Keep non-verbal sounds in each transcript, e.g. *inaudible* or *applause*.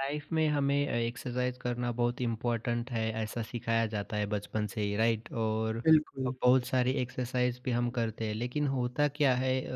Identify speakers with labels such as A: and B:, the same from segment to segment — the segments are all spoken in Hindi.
A: लाइफ में हमें एक्सरसाइज करना बहुत इम्पोर्टेंट है, ऐसा सिखाया जाता है बचपन से ही, राइट? और
B: बिल्कुल।
A: बहुत सारी एक्सरसाइज भी हम करते हैं, लेकिन होता क्या है,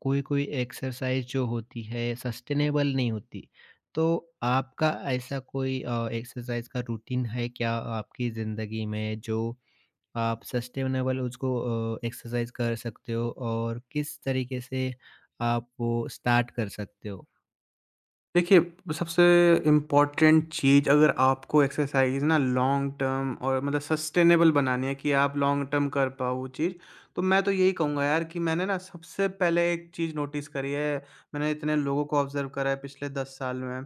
A: कोई कोई एक्सरसाइज जो होती है सस्टेनेबल नहीं होती। तो आपका ऐसा कोई एक्सरसाइज का रूटीन है क्या आपकी ज़िंदगी में, जो आप सस्टेनेबल उसको एक्सरसाइज कर सकते हो? और किस तरीके से आप वो स्टार्ट कर सकते हो?
B: देखिए, सबसे इम्पोर्टेंट चीज़, अगर आपको एक्सरसाइज़ ना लॉन्ग टर्म और मतलब सस्टेनेबल बनानी है कि आप लॉन्ग टर्म कर पाओ वो चीज़, तो मैं तो यही कहूँगा यार कि मैंने ना सबसे पहले एक चीज़ नोटिस करी है। मैंने इतने लोगों को ऑब्ज़र्व करा है पिछले 10 साल में।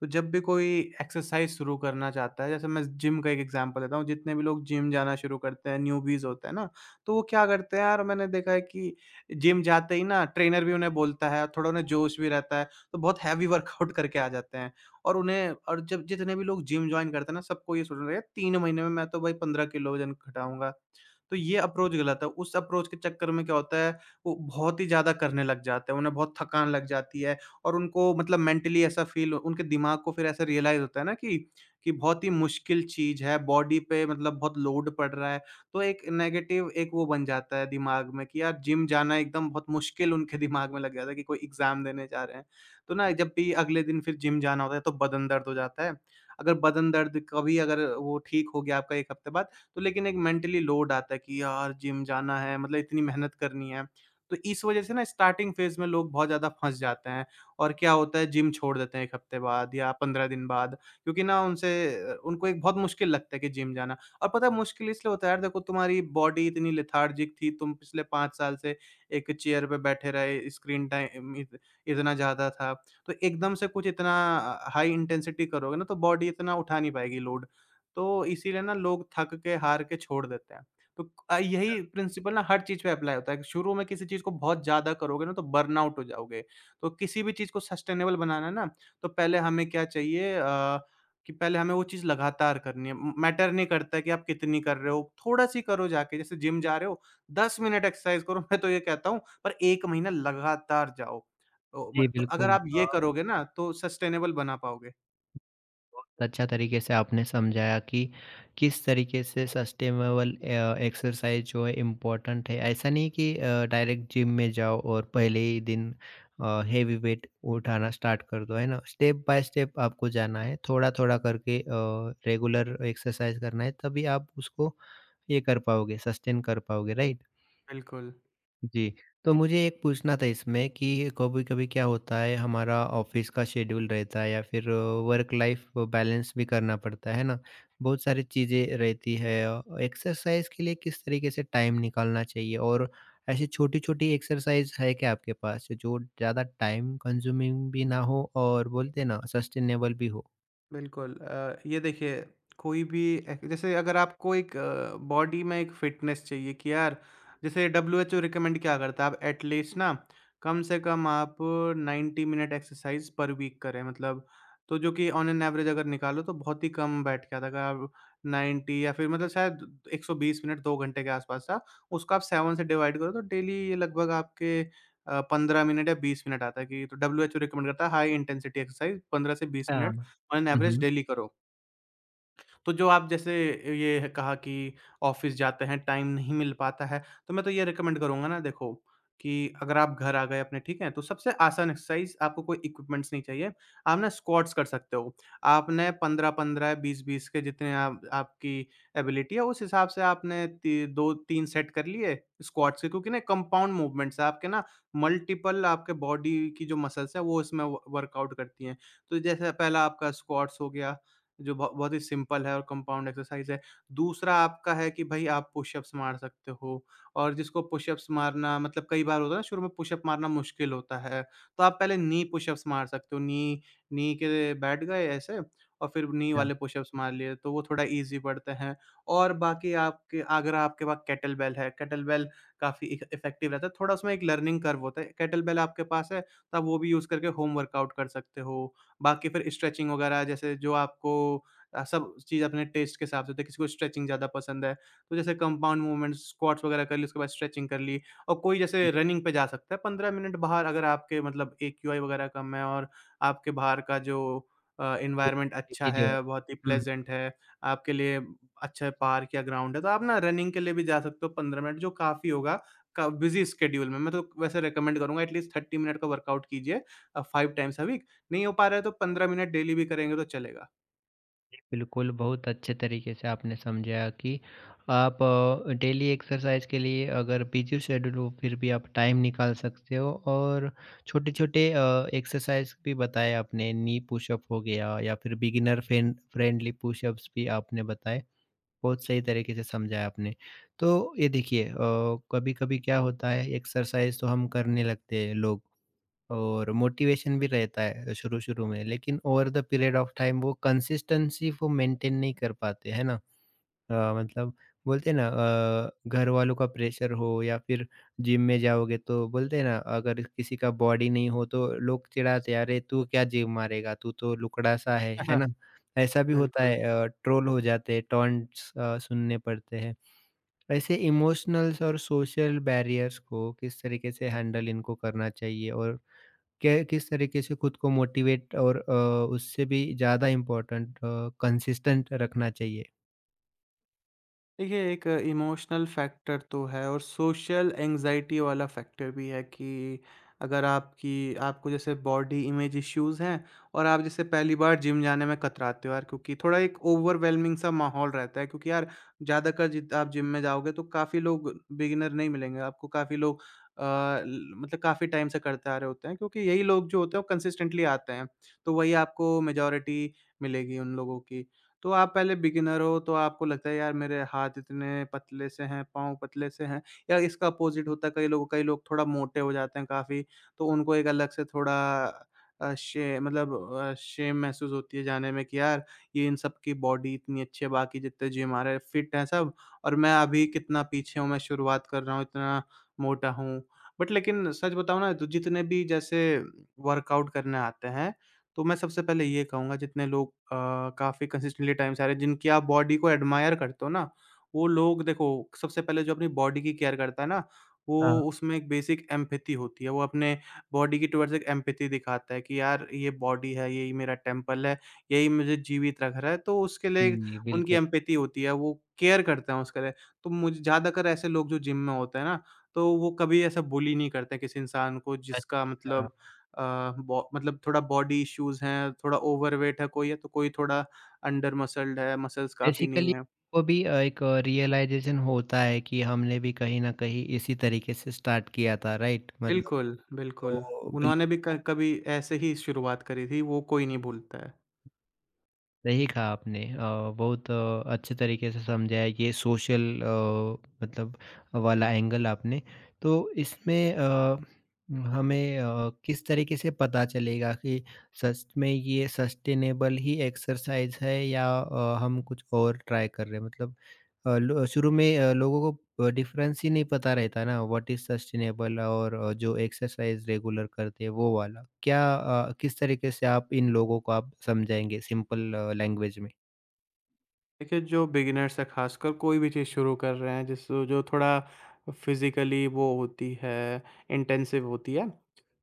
B: तो जब भी कोई एक्सरसाइज़ शुरू करना चाहता है, जैसे मैं जिम का एक एग्ज़ाम्पल देता हूँ, जितने भी लोग जिम जाना शुरू करते हैं, न्यूबीज़ होते हैं ना, तो वो क्या करते हैं यार, मैंने देखा है कि जिम जाते ही ना ट्रेनर भी उन्हें बोलता है, थोड़ा उन्हें जोश भी रहता है। तो बहुत हैवी वर्कआउट करके आ जाते हैं। और उन्हें और जब जितने भी लोग जिम जॉइन करते हैं ना, सबको ये सोचना चाहिए, 3 महीने में मैं तो भाई 15 किलो वज़न घटाऊँगा। तो ये अप्रोच गलत है। उस अप्रोच के चक्कर में क्या होता है, वो बहुत ही ज़्यादा करने लग जाते हैं, उन्हें बहुत थकान लग जाती है। और उनको मतलब मेंटली ऐसा फ़ील, उनके दिमाग को फिर ऐसा रियलाइज़ होता है ना कि बहुत ही मुश्किल चीज़ है, बॉडी पे मतलब बहुत लोड पड़ रहा है। तो एक नेगेटिव एक वो बन जाता है दिमाग में कि यार जिम जाना एकदम बहुत मुश्किल उनके *laughs* दिमाग में लग जाता है कि कोई एग्ज़ाम देने जा रहे हैं। तो ना, जब भी अगले दिन फिर जिम जाना होता है तो बदन दर्द हो जाता है। अगर बदन दर्द कभी अगर वो ठीक हो गया आपका 1 हफ्ते बाद, तो लेकिन एक मेंटली लोड आता है कि यार जिम जाना है मतलब इतनी मेहनत करनी है। तो इस वज़ह से ना स्टार्टिंग फ़ेज़ में लोग बहुत ज़्यादा फँस जाते हैं और क्या होता है, जिम छोड़ देते हैं 1 हफ्ते बाद या 15 दिन बाद, क्योंकि ना उनसे उनको एक बहुत मुश्किल लगता है कि जिम जाना। और पता है मुश्किल इसलिए होता है यार, देखो तुम्हारी बॉडी इतनी लेथार्जिक थी, तुम पिछले 5 साल से एक चेयर पे बैठे रहे, स्क्रीन टाइम इत इतना ज़्यादा था। तो एकदम से कुछ इतना हाई इंटेंसिटी करोगे ना तो बॉडी इतना उठा नहीं पाएगी लोड। तो इसीलिए ना लोग थक के, हार के छोड़ देते हैं। तो यही प्रिंसिपल ना हर चीज़ पे अप्लाई होता है। शुरू में किसी चीज़ को बहुत ज़्यादा करोगे ना तो बर्नआउट हो जाओगे। तो किसी भी चीज़ को सस्टेनेबल बनाना है ना, तो पहले हमें क्या चाहिए, कि पहले हमें वो चीज़ लगातार करनी है। म मैटर नहीं करता है कि आप कितनी कर रहे हो, थोड़ा-सी करो जाके, जैसे जिम जा रहे हो, 10 मिनट एक्सरसाइज़ करो *laughs* मैं तो ये कहता हूँ, पर 1 महीना लगातार जाओ। तो म
A: जी
B: तो अगर
A: बिल्कुल।
B: आप ये करोगे ना तो सस्टेनेबल बना पाओगे।
A: बहुत अच्छा तरीके से आपने समझाया कि किस तरीके से सस्टेनेबल एक्सरसाइज जो है इम्पोर्टेंट है। ऐसा नहीं कि डायरेक्ट जिम में जाओ और पहले ही दिन हेवी वेट उठाना स्टार्ट कर दो, है ना? स्टेप बाय स्टेप आपको जाना है, थोड़ा थोड़ा करके रेगुलर एक्सरसाइज करना है, तभी आप उसको ये कर पाओगे, सस्टेन कर पाओगे, राइट।
B: बिल्कुल।
A: जी, तो मुझे एक पूछना था इसमें कि कभी-कभी क्या होता है, हमारा ऑफ़िस का शेड्यूल रहता है या फिर वर्क लाइफ़ बैलेंस भी करना पड़ता है ना? बहुत सारी चीज़ें रहती है। एक्सरसाइज़ के लिए किस तरीके से टाइम निकालना चाहिए? और ऐसी छोटी-छोटी एक्सरसाइज़ है क्या आपके पास जो ज़्यादा टाइम कंज्यूमिंग भी ना हो और बोलते हैं ना सस्टेनेबल भी हो?
B: बिल्कुल, ये देखिए, कोई भी एक, जैसे अगर आपको एक बॉडी में एक फिटनेस चाहिए कि यार, जैसे WHO रिकमेंड क्या करता है, आप एटलीस्ट ना कम से कम आप 90 मिनट एक्सरसाइज पर वीक करें मतलब। तो जो कि ऑन एन एवरेज अगर निकालो तो बहुत ही कम बैठ गया था, अगर आप 90 या फिर मतलब शायद 120 मिनट, 2 घंटे के आसपास था। उसको आप 7 से डिवाइड करो तो डेली ये लगभग आपके 15 मिनट या 20 मिनट आता है कि। तो WHO रिकमेंड करता है हाई इंटेंसिटी एक्सरसाइज पंद्रह से बीस
A: हाँ।
B: Minute on an
A: hmm,
B: average
A: हुँ।
B: डेली करो। तो जो आप जैसे ये है कहा कि ऑफ़िस जाते हैं, टाइम नहीं मिल पाता है, तो मैं तो ये रिकमेंड करूँगा ना, देखो कि अगर आप घर आ गए अपने, ठीक है? तो सबसे आसान एक्सरसाइज़, आपको कोई इक्विपमेंट्स नहीं चाहिए। आप ना स्क्वाट्स कर सकते हो। आपने 15-15, 20-20 के जितने आप, आपकी एबिलिटी है उस हिसाब से, आपने ती 2-3 सेट कर लिए स्क्वाट्स के, क्योंकि ना कंपाउंड मूवमेंट्स है आपके ना, मल्टीपल आपके बॉडी की जो मसल्स हैं वो इसमें व वर्कआउट करती हैं। तो जैसे पहला आपका स्क्वाट्स हो गया, जो बहुत ही सिंपल है और कंपाउंड एक्सरसाइज़ है। दूसरा आपका है कि भई आप पुशअप्स मार सकते हो, और जिसको पुशअप्स मारना मतलब, कई बार होता है ना शुरू में पुशअप मारना मुश्किल होता है, तो आप पहले नी पुशअप्स मार सकते हो। नी नी के बैठ गए ऐसे और फिर नी
A: अच्छा।
B: वाले पुशअप्स मार लिए, तो वो थोड़ा ईज़ी पड़ते हैं। और बाकी आपके, अगर आपके पास केटल बेल है, केटल बेल काफ़ी इफ इफ़ेक्टिव रहता है, थोड़ा उसमें एक लर्निंग कर्व होता है। केटल बेल आपके पास है, तो आप वो भी यूज़ करके होम वर्कआउट कर सकते हो। बाकी फिर स्ट्रेचिंग वगैरह, जैसे जो आपको सब चीज़ अपने टेस्ट के हिसाब से होती है, किसी को स्ट्रेचिंग ज़्यादा पसंद है, तो जैसे कंपाउंड मूवमेंट्स, स्क्वाट्स वगैरह कर ली, उसके बाद स्ट्रेचिंग कर ली। और कोई जैसे रनिंग पे जा सकता है 15 मिनट बाहर, अगर आपके मतलब AQI वगैरह कम है, और आपके बाहर का जो एनवायरनमेंट अच्छा
A: जो है।
B: है, बहुत ही
A: हुँ,
B: प्लेज़ेंट है, आपके लिए अच्छा पार्क या ग्राउंड है, तो आप ना रनिंग के लिए भी जा सकते हो 15 मिनट, जो काफ़ी होगा क बिज़ी स्केड्यूल में। मैं तो वैसे रिकमेंड करूँगा एटलीस्ट 30 मिनट का वर्कआउट कीजिए, 5 टाइम्स अ वीक नहीं हो पा रहा है तो 15 मिनट डेली भी करेंगे तो चलेगा।
A: बिल्कुल, बहुत अच्छे तरीके से आपने समझाया कि आप डेली एक्सरसाइज के लिए अगर बिज़ी शेड्यूल हो फिर भी आप टाइम निकाल सकते हो। और छोटे-छोटे एक्सरसाइज भी बताए आपने, नी पुशअप हो गया या फिर बिगिनर फ्रेंडली पुशअप्स भी आपने बताए। बहुत सही तरीके से समझाया आपने। तो ये देखिए, कभी-कभी क्या होता है एक्सरसाइज तो हम करने लगते हैं लोग और मोटिवेशन भी रहता है शुरू-शुरू में, लेकिन over the period of time वो कंसिस्टेंसी वो मेंटेन नहीं कर पाते, है ना? मतलब बोलते हैं ना, घर वालों का प्रेशर हो या फिर जिम में जाओगे तो बोलते हैं ना, अगर किसी का बॉडी नहीं हो तो लोग चिढ़ाते हैं, "अरे! तू क्या जिम मारेगा? तू तो लुकड़ा-सा है।" है
B: *laughs*
A: ना? ऐसा भी होता
B: बिल्कुल।
A: है, ट्रोल हो जाते हैं, टॉन्ट्स सुनने पड़ते हैं। ऐसे इमोशनल्स और सोशल बैरियर्स को किस तरीके से हैंडल इनको करना चाहिए? और कै किस तरीके से खुद को मोटिवेट और उससे भी ज़्यादा इम्पोर्टेंट, कंसिस्टेंट रखना चाहिए?
B: देखिए, एक इमोशनल फैक्टर तो है, और सोशल एंग्ज़ायटी वाला फैक्टर भी है, कि अगर आपकी आपको जैसे बॉडी इमेज इश्यूज़ हैं, और आप जैसे पहली बार जिम जाने में कतराते हो यार, क्योंकि थोड़ा एक ओवरवेलमिंग सा माहौल रहता है, क्योंकि यार ज़्यादातर जित आप जिम में जाओगे तो काफ़ी लोग बिगिनर नहीं मिलेंगे आपको, काफ़ी लोग अ, ल मतलब काफ़ी टाइम से करते आ रहे होते हैं, क्योंकि यही लोग जो होते हैं वो कंसिस्टेंटली आते हैं, तो वही आपको मेजॉरिटी मिलेगी उन लोगों की। तो आप पहले बिगिनर हो तो आपको लगता है यार मेरे हाथ इतने पतले से हैं, पाँव पतले से हैं, या इसका अपोज़िट होता है, कई लोग थोड़ा मोटे हो जाते हैं काफ़ी, तो उनको एक अलग से थोड़ा अ, शे मतलब शेम महसूस होती है जाने में कि यार ये इन सब की बॉडी इतनी अच्छी है, बाकी जितने जिम आ रहे हैं फिट हैं सब, और मैं अभी कितना पीछे हूँ, मैं शुरुआत कर रहा हूँ, इतना मोटा हूँ। बट लेकिन सच बताऊँ ना, तो जितने भी जैसे वर्कआउट करने आते हैं, तो मैं सबसे पहले ये कहूँगा, जितने लोग काफ़ी कंसिस्टेंटली टाइम से आ रहे हैं, जिनकी आप बॉडी को एडमायर करते हो ना, वो लोग देखो, सबसे पहले जो अपनी बॉडी की केयर करता है ना,
A: हाँ।
B: वो, उसमें एक बेसिक एम्पैथी होती है। वो अपने बॉडी की टुवर्ड्स एक एम्पैथी दिखाता है, कि यार ये बॉडी है, यही मेरा टेम्पल है, यही मुझे जीवित रख रहा है, तो उसके लिए एक,
A: जी,
B: उनकी
A: बिल्कुल।
B: एम्पैथी होती है, वो केयर करते हैं उसके लिए। तो मुझे ज़्यादातर ऐसे लोग जो जिम में होते हैं ना, तो वो कभी ऐसा बुली नहीं करते किसी इंसान को जिसका
A: अच्छा,
B: मतलब अ, बॉ मतलब थोड़ा बॉडी इश्यूज हैं, थोड़ा ओवरवेट है कोई है, तो कोई थोड़ा अंडर मसल्ड है, मसल्स काफ़ी नहीं
A: बेसिकली
B: है।
A: को भी एक रियलाइज़ेशन होता है कि हमने भी कहीं न कहीं इसी तरीके से स्टार्ट किया था, राइट? मतलब
B: बिल्कुल, बिल्कुल।
A: तो
B: उन्होंने भी क
A: बिल्कुल।
B: कभी ऐसे ही शुरुआत करी थी, वो कोई नहीं भूलता है।
A: सही कहा आपने, बहुत अच्छे तरीके से समझाया ये सोशल, मतलब वाला एंगल आपने। तो इसमें हमें किस तरीके से पता चलेगा कि सच में ये सस्टेनेबल ही एक्सरसाइज है या हम कुछ और ट्राई कर रहे हैं? मतलब लो शुरू में लोगों को डिफ़रेंस ही नहीं पता रहता ना व्हाट इज़ सस्टेनेबल और जो एक्सरसाइज़ रेगुलर करते हैं वो वाला। क्या, किस तरीके से आप इन लोगों को आप समझाएँगे सिंपल लैंग्वेज
B: देखिए, जो बिगिनर्स है ख़ासकर कोई भी चीज़ शुरू कर रहे हैं, जिस जो थोड़ा फ़िज़िकली वो होती है, इंटेंसिव होती है,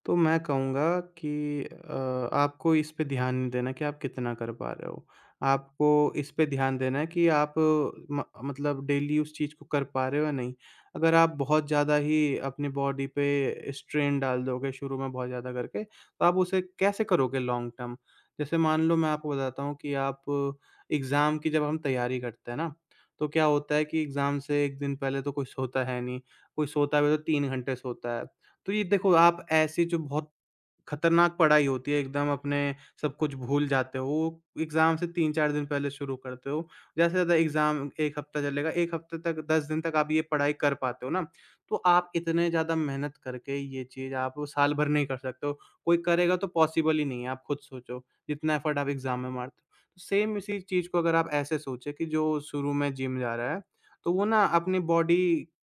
B: तो मैं कहूँगा कि आपको इस पे ध्यान नहीं देना कि आप कितना कर पा रहे हो। आपको इस पे ध्यान देना है कि आप अ, म मतलब डेली उस चीज़ को कर पा रहे हो या नहीं। अगर आप बहुत ज़्यादा ही अपनी बॉडी पे स्ट्रेन डाल दोगे शुरू में बहुत ज़्यादा करके, तो आप उसे कैसे करोगे लॉन्ग टर्म? जैसे मान लो मैं आपको बताता हूँ कि आप एग्ज़ाम की जब हम तैयारी करते हैं ना, तो क्या होता है कि एग्ज़ाम से 1 दिन पहले तो कोई सोता है नहीं, कोई सोता भी है तो 3 घंटे सोता है। तो ये देखो आप ऐसी जो बहुत खतरनाक पढ़ाई होती है एकदम अपने सब कुछ भूल जाते हो। एग्ज़ाम से 3-4 दिन पहले शुरू करते हो। ज़्यादा से ज़्यादा एग्ज़ाम 1 हफ़्ता चलेगा, 1 हफ़्ते तक 10 दिन तक आप ये पढ़ाई कर पाते हो ना, तो आप इतने ज़्यादा मेहनत करके ये चीज़ आप वो साल भर नहीं कर सकते हो। कोई करेगा तो पॉसिबल ही नहीं है, आप खुद सोचो, जितना एफ़र्ट आप एग्ज़ाम में मारते हो। तो सेम इसी चीज़ को अगर आप ऐसे सोचें कि जो शुरू में जिम जा रहा है, तो वो ना अपनी बॉडी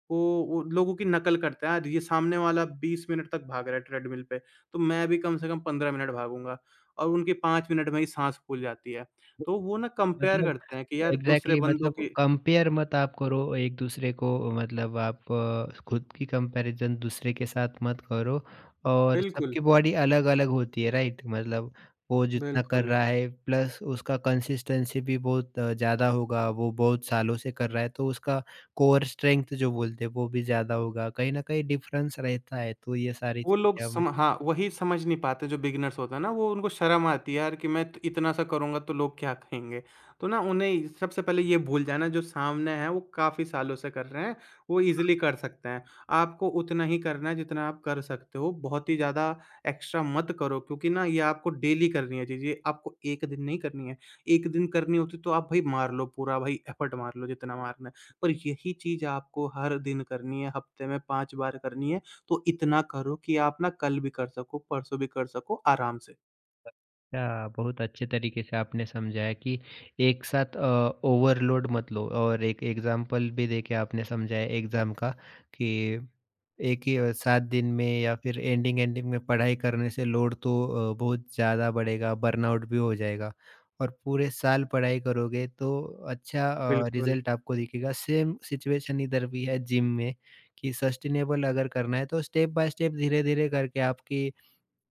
B: को वो लोगों की नकल करता है, ये सामने वाला 20 मिनट तक भाग रहा है ट्रेडमिल पे। तो मैं भी कम से कम 15 मिनट भागूँगा और उनकी 5 मिनट में ही साँस फूल जाती है।
A: में?
B: तो वो ना कंपेयर करते हैं कि यार दूसरे
A: एग्ज़ैक्टली,
B: बंदों
A: मतलब
B: की।
A: कंपेयर मत आप करो एक-दूसरे को, मतलब आप खुद की कंपैरिज़न दूसरे के साथ मत करो और
B: बिल्कुल,
A: सबकी बॉडी अलग-अलग होती है, राइट? मतलब वो जितना कर
B: बिल्कुल।
A: रहा है प्लस उसका कंसिस्टेंसी भी बहुत ज़्यादा होगा, वो बहुत सालों से कर रहा है तो उसका कोर स्ट्रेंथ जो बोलते हैं वो भी ज़्यादा होगा, कहीं न कहीं डिफ़रेंस रहता है, तो ये सारी
B: वो लोग
A: चीज़ें हमें।
B: सम हाँ, वही समझ नहीं पाते जो बिगिनर्स होता है ना, वो उनको शर्म आती है यार कि मैं त इतना-सा करूँगा तो लोग क्या कहेंगे? तो ना उन्हें सबसे पहले ये भूल जाना जो सामने है वो काफ़ी सालों से कर रहे हैं, वो ईज़िली कर सकते हैं। आपको उतना ही करना है जितना आप कर सकते हो, बहुत ही ज़्यादा एक्स्ट्रा मत करो क्योंकि ना ये आपको डेली करनी है चीज़ें, आपको एक दिन नहीं करनी है। एक दिन करनी होती तो आप भाई मार लो पूरा भाई एफर्ट मार लो जितना मारना है। पर यही चीज़ आपको हर दिन करनी है, हफ़्ते में 5 बार करनी है। तो इतना करो कि आप ना कल भी कर सको, परसों भी कर सको आराम से।
A: अच्छा, बहुत अच्छे तरीके से आपने समझाया कि एक साथ ओवरलोड मत लो। और एक एग्जाम्पल भी देके आपने समझाया एग्ज़ाम का कि एक ही 7 दिन में या फिर एंडिंग-एंडिंग में पढ़ाई करने से लोड तो बहुत ज़्यादा बढ़ेगा, बर्नआउट भी हो जाएगा और पूरे साल पढ़ाई करोगे तो अच्छा
B: बिल्कुल,
A: रिज़ल्ट आपको दिखेगा। सेम सिचुएशन इधर भी है जिम में कि सस्टेनेबल अगर करना है तो स्टेप बाय स्टेप, धीरे-धीरे करके आपकी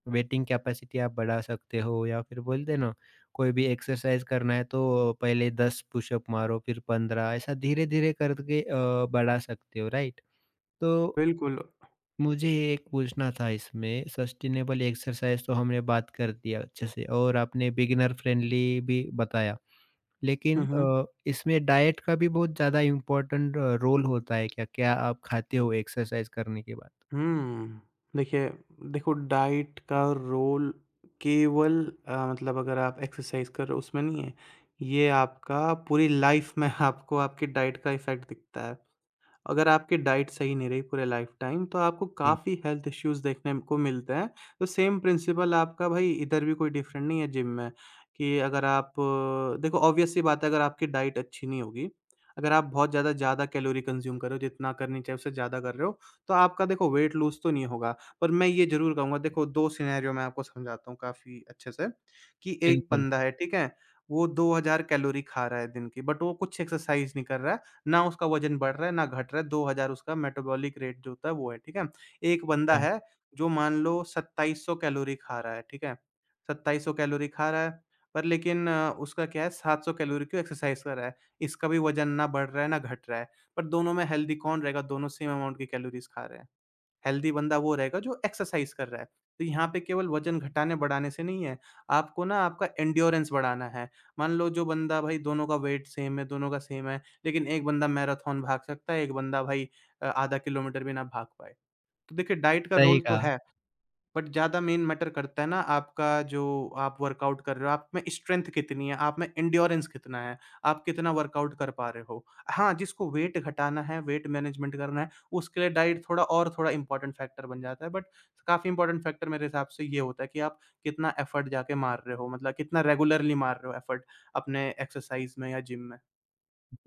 A: वेटिंग कैपेसिटी आप बढ़ा सकते हो। या फिर बोलते हैं ना, कोई भी एक्सरसाइज करना है तो पहले 10 पुशअप मारो फिर 15, ऐसा धीरे धीरे करके बढ़ा सकते हो, राइट। तो
B: बिल्कुल।
A: मुझे एक पूछना था इसमें, सस्टेनेबल एक्सरसाइज तो हमने बात कर दिया अच्छे से और आपने बिगिनर फ्रेंडली भी बताया,
B: हुँ,
A: लेकिन
B: हुँ।
A: इसमें डाइट का भी बहुत ज़्यादा इम्पोर्टेंट रोल होता है क्या? क्या आप खाते हो एक्सरसाइज करने के बाद?
B: हुँ। देखिए, देखो डाइट का रोल केवल मतलब अगर आप एक्सरसाइज़ कर रहे हो उसमें नहीं है। ये आपका पूरी लाइफ़ में आपको आपकी डाइट का इफ़ेक्ट दिखता है। अगर आपकी डाइट सही नहीं रही पूरे लाइफ़टाइम तो आपको
A: जी
B: काफ़ी हेल्थ इश्यूज़ देखने को मिलते हैं। तो सेम प्रिंसिपल आपका भाई इधर भी कोई डिफ़रेंट नहीं है जिम में कि अगर आप देखो ऑब्वियस सी बात है अगर आपकी डाइट अच्छी नहीं होगी, अगर आप बहुत ज़्यादा ज़्यादा कैलोरी कंज़्यूम कर रहे हो जितना करनी चाहिए उससे ज़्यादा कर रहे हो, तो आपका देखो वेट लूज़ तो नहीं होगा। पर मैं ये ज़रूर कहूँगा देखो 2 सिनेरियो मैं आपको समझाता हूँ काफ़ी अच्छे से कि एक
A: बिल्कुल।
B: बंदा है, ठीक है? वो 2000 कैलोरी खा रहा है दिन की, बट वो कुछ एक्सरसाइज़ नहीं कर रहा है। ना उसका वज़न बढ़ रहा है, ना घट रहा है, 2000 उसका मेटाबॉलिक रेट जो होता है वो है, ठीक है? एक बंदा
A: हाँ,
B: है जो मान लो 2700 कैलोरी खा रहा है, ठीक है? 2700 कैलोरी खा रहा है, पर लेकिन उसका क्या है, 700 कैलोरी की एक्सरसाइज़ कर रहा है। इसका भी वज़न ना बढ़ रहा है, ना घट रहा है, पर दोनों में हेल्दी कौन रहेगा? दोनों सेम अमाउंट की कैलोरीज़ खा रहे हैं। हेल्दी बंदा वो रहेगा जो एक्सरसाइज कर रहा है। तो यहाँ पे केवल वज़न घटाने-बढ़ाने से नहीं है, आपको ना आपका एंड्योरेंस बढ़ाना है। मान लो जो बंदा भाई, दोनों का वेट सेम है, दोनों का सेम है, लेकिन एक बंदा मैराथन भाग सकता है, एक बंदा भाई आधा किलोमीटर भी ना भाग पाए। तो देखिए, डाइट का
A: सही
B: रोल तो
A: कहा।
B: है। बट ज़्यादा मेन मैटर करता है ना आपका जो आप वर्कआउट कर रहे हो, आप में स्ट्रेंथ कितनी है, आप में एंड्योरेंस कितना है, आप कितना वर्कआउट कर पा रहे हो। हाँ, जिसको वेट घटाना है, वेट मैनेजमेंट करना है, उसके लिए डाइट थोड़ा और थोड़ा इम्पोर्टेंट फैक्टर बन जाता है। बट काफ़ी इम्पोर्टेंट फैक्टर मेरे हिसाब से ये होता है कि आप कितना एफर्ट जाके मार रहे हो, मतलब कितना रेगुलरली मार रहे हो एफर्ट अपने एक्सरसाइज़ में या जिम में।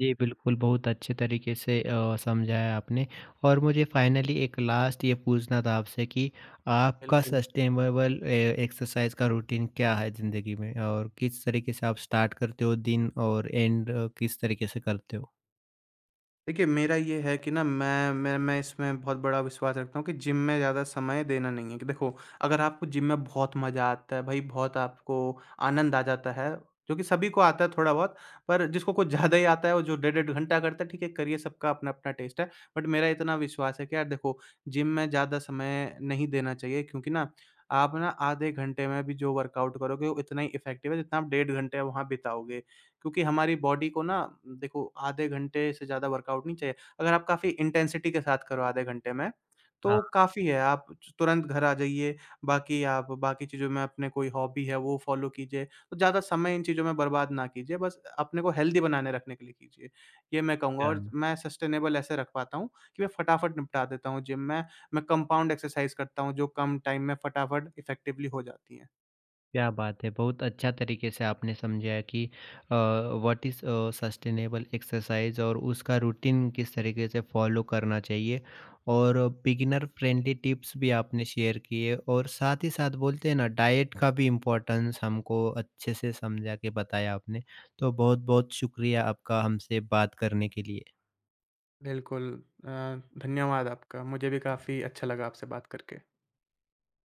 A: जी, बिल्कुल, बहुत अच्छे तरीके से समझाया आपने। और मुझे फाइनली एक लास्ट ये पूछना था आपसे कि आपका
B: बिल्कुल।
A: सस्टेनेबल एक्सरसाइज़ का रूटीन क्या है ज़िंदगी में? और किस तरीके से आप स्टार्ट करते हो दिन और एंड किस तरीके से करते हो?
B: देखिए, मेरा ये है कि ना मैं इसमें बहुत बड़ा विश्वास रखता हूँ कि जिम में ज़्यादा समय देना नहीं है। कि देखो, अगर आपको जिम में बहुत मज़ा आता है, भई बहुत आपको आनंद आ जाता है, जो कि सभी को आता है थोड़ा-बहुत, पर जिसको कुछ *laughs* ज़्यादा ही आता है और जो डेढ़-डेढ़ घंटा करता है, ठीक है, करिए, सबका अपना-अपना टेस्ट है। बट मेरा इतना विश्वास है कि यार देखो, जिम में ज़्यादा समय नहीं देना चाहिए, क्योंकि ना आप ना आधे घंटे में भी जो वर्कआउट करोगे, वो इतना ही इफ़ेक्टिव है जितना आप डेढ़ घंटे वहाँ बिताओगे। क्योंकि हमारी बॉडी को ना, देखो, आधे घंटे से ज़्यादा वर्कआउट नहीं चाहिए। अगर आप काफ़ी इंटेंसिटी के साथ करो आधे घंटे में,
A: हाँ,
B: तो काफ़ी है। आप तुरंत घर आ जाइए, बाकी आप बाकी चीज़ों में, अपने कोई हॉबी है वो फ़ॉलो कीजिए। तो ज़्यादा समय इन चीज़ों में बर्बाद ना कीजिए, बस अपने को हेल्दी बनाने रखने के लिए कीजिए, ये मैं कहूँगा।
A: क्या?
B: और मैं सस्टेनेबल ऐसे रख पाता हूँ कि मैं फटाफट निपटा देता हूँ जिम में, मैं कंपाउंड एक्सरसाइज़ करता हूँ जो कम टाइम में फटाफट इफ़ेक्टिवली हो जाती हैं।
A: क्या बात है! बहुत अच्छा तरीके से आपने समझाया कि व्हाट इज़ सस्टेनेबल एक्सरसाइज़ और उसका रूटीन किस तरीके से फॉलो करना चाहिए। और बिगिनर फ्रेंडली टिप्स भी आपने शेयर किए और साथ ही साथ बोलते हैं ना, डाइट का भी इम्पोर्टेंस हमको अच्छे से समझा के बताया आपने। तो बहुत-बहुत शुक्रिया आपका हमसे बात करने के लिए।
B: बिल्कुल। अ, धन्यवाद आपका। मुझे भी काफ़ी अच्छा लगा आपसे बात करके।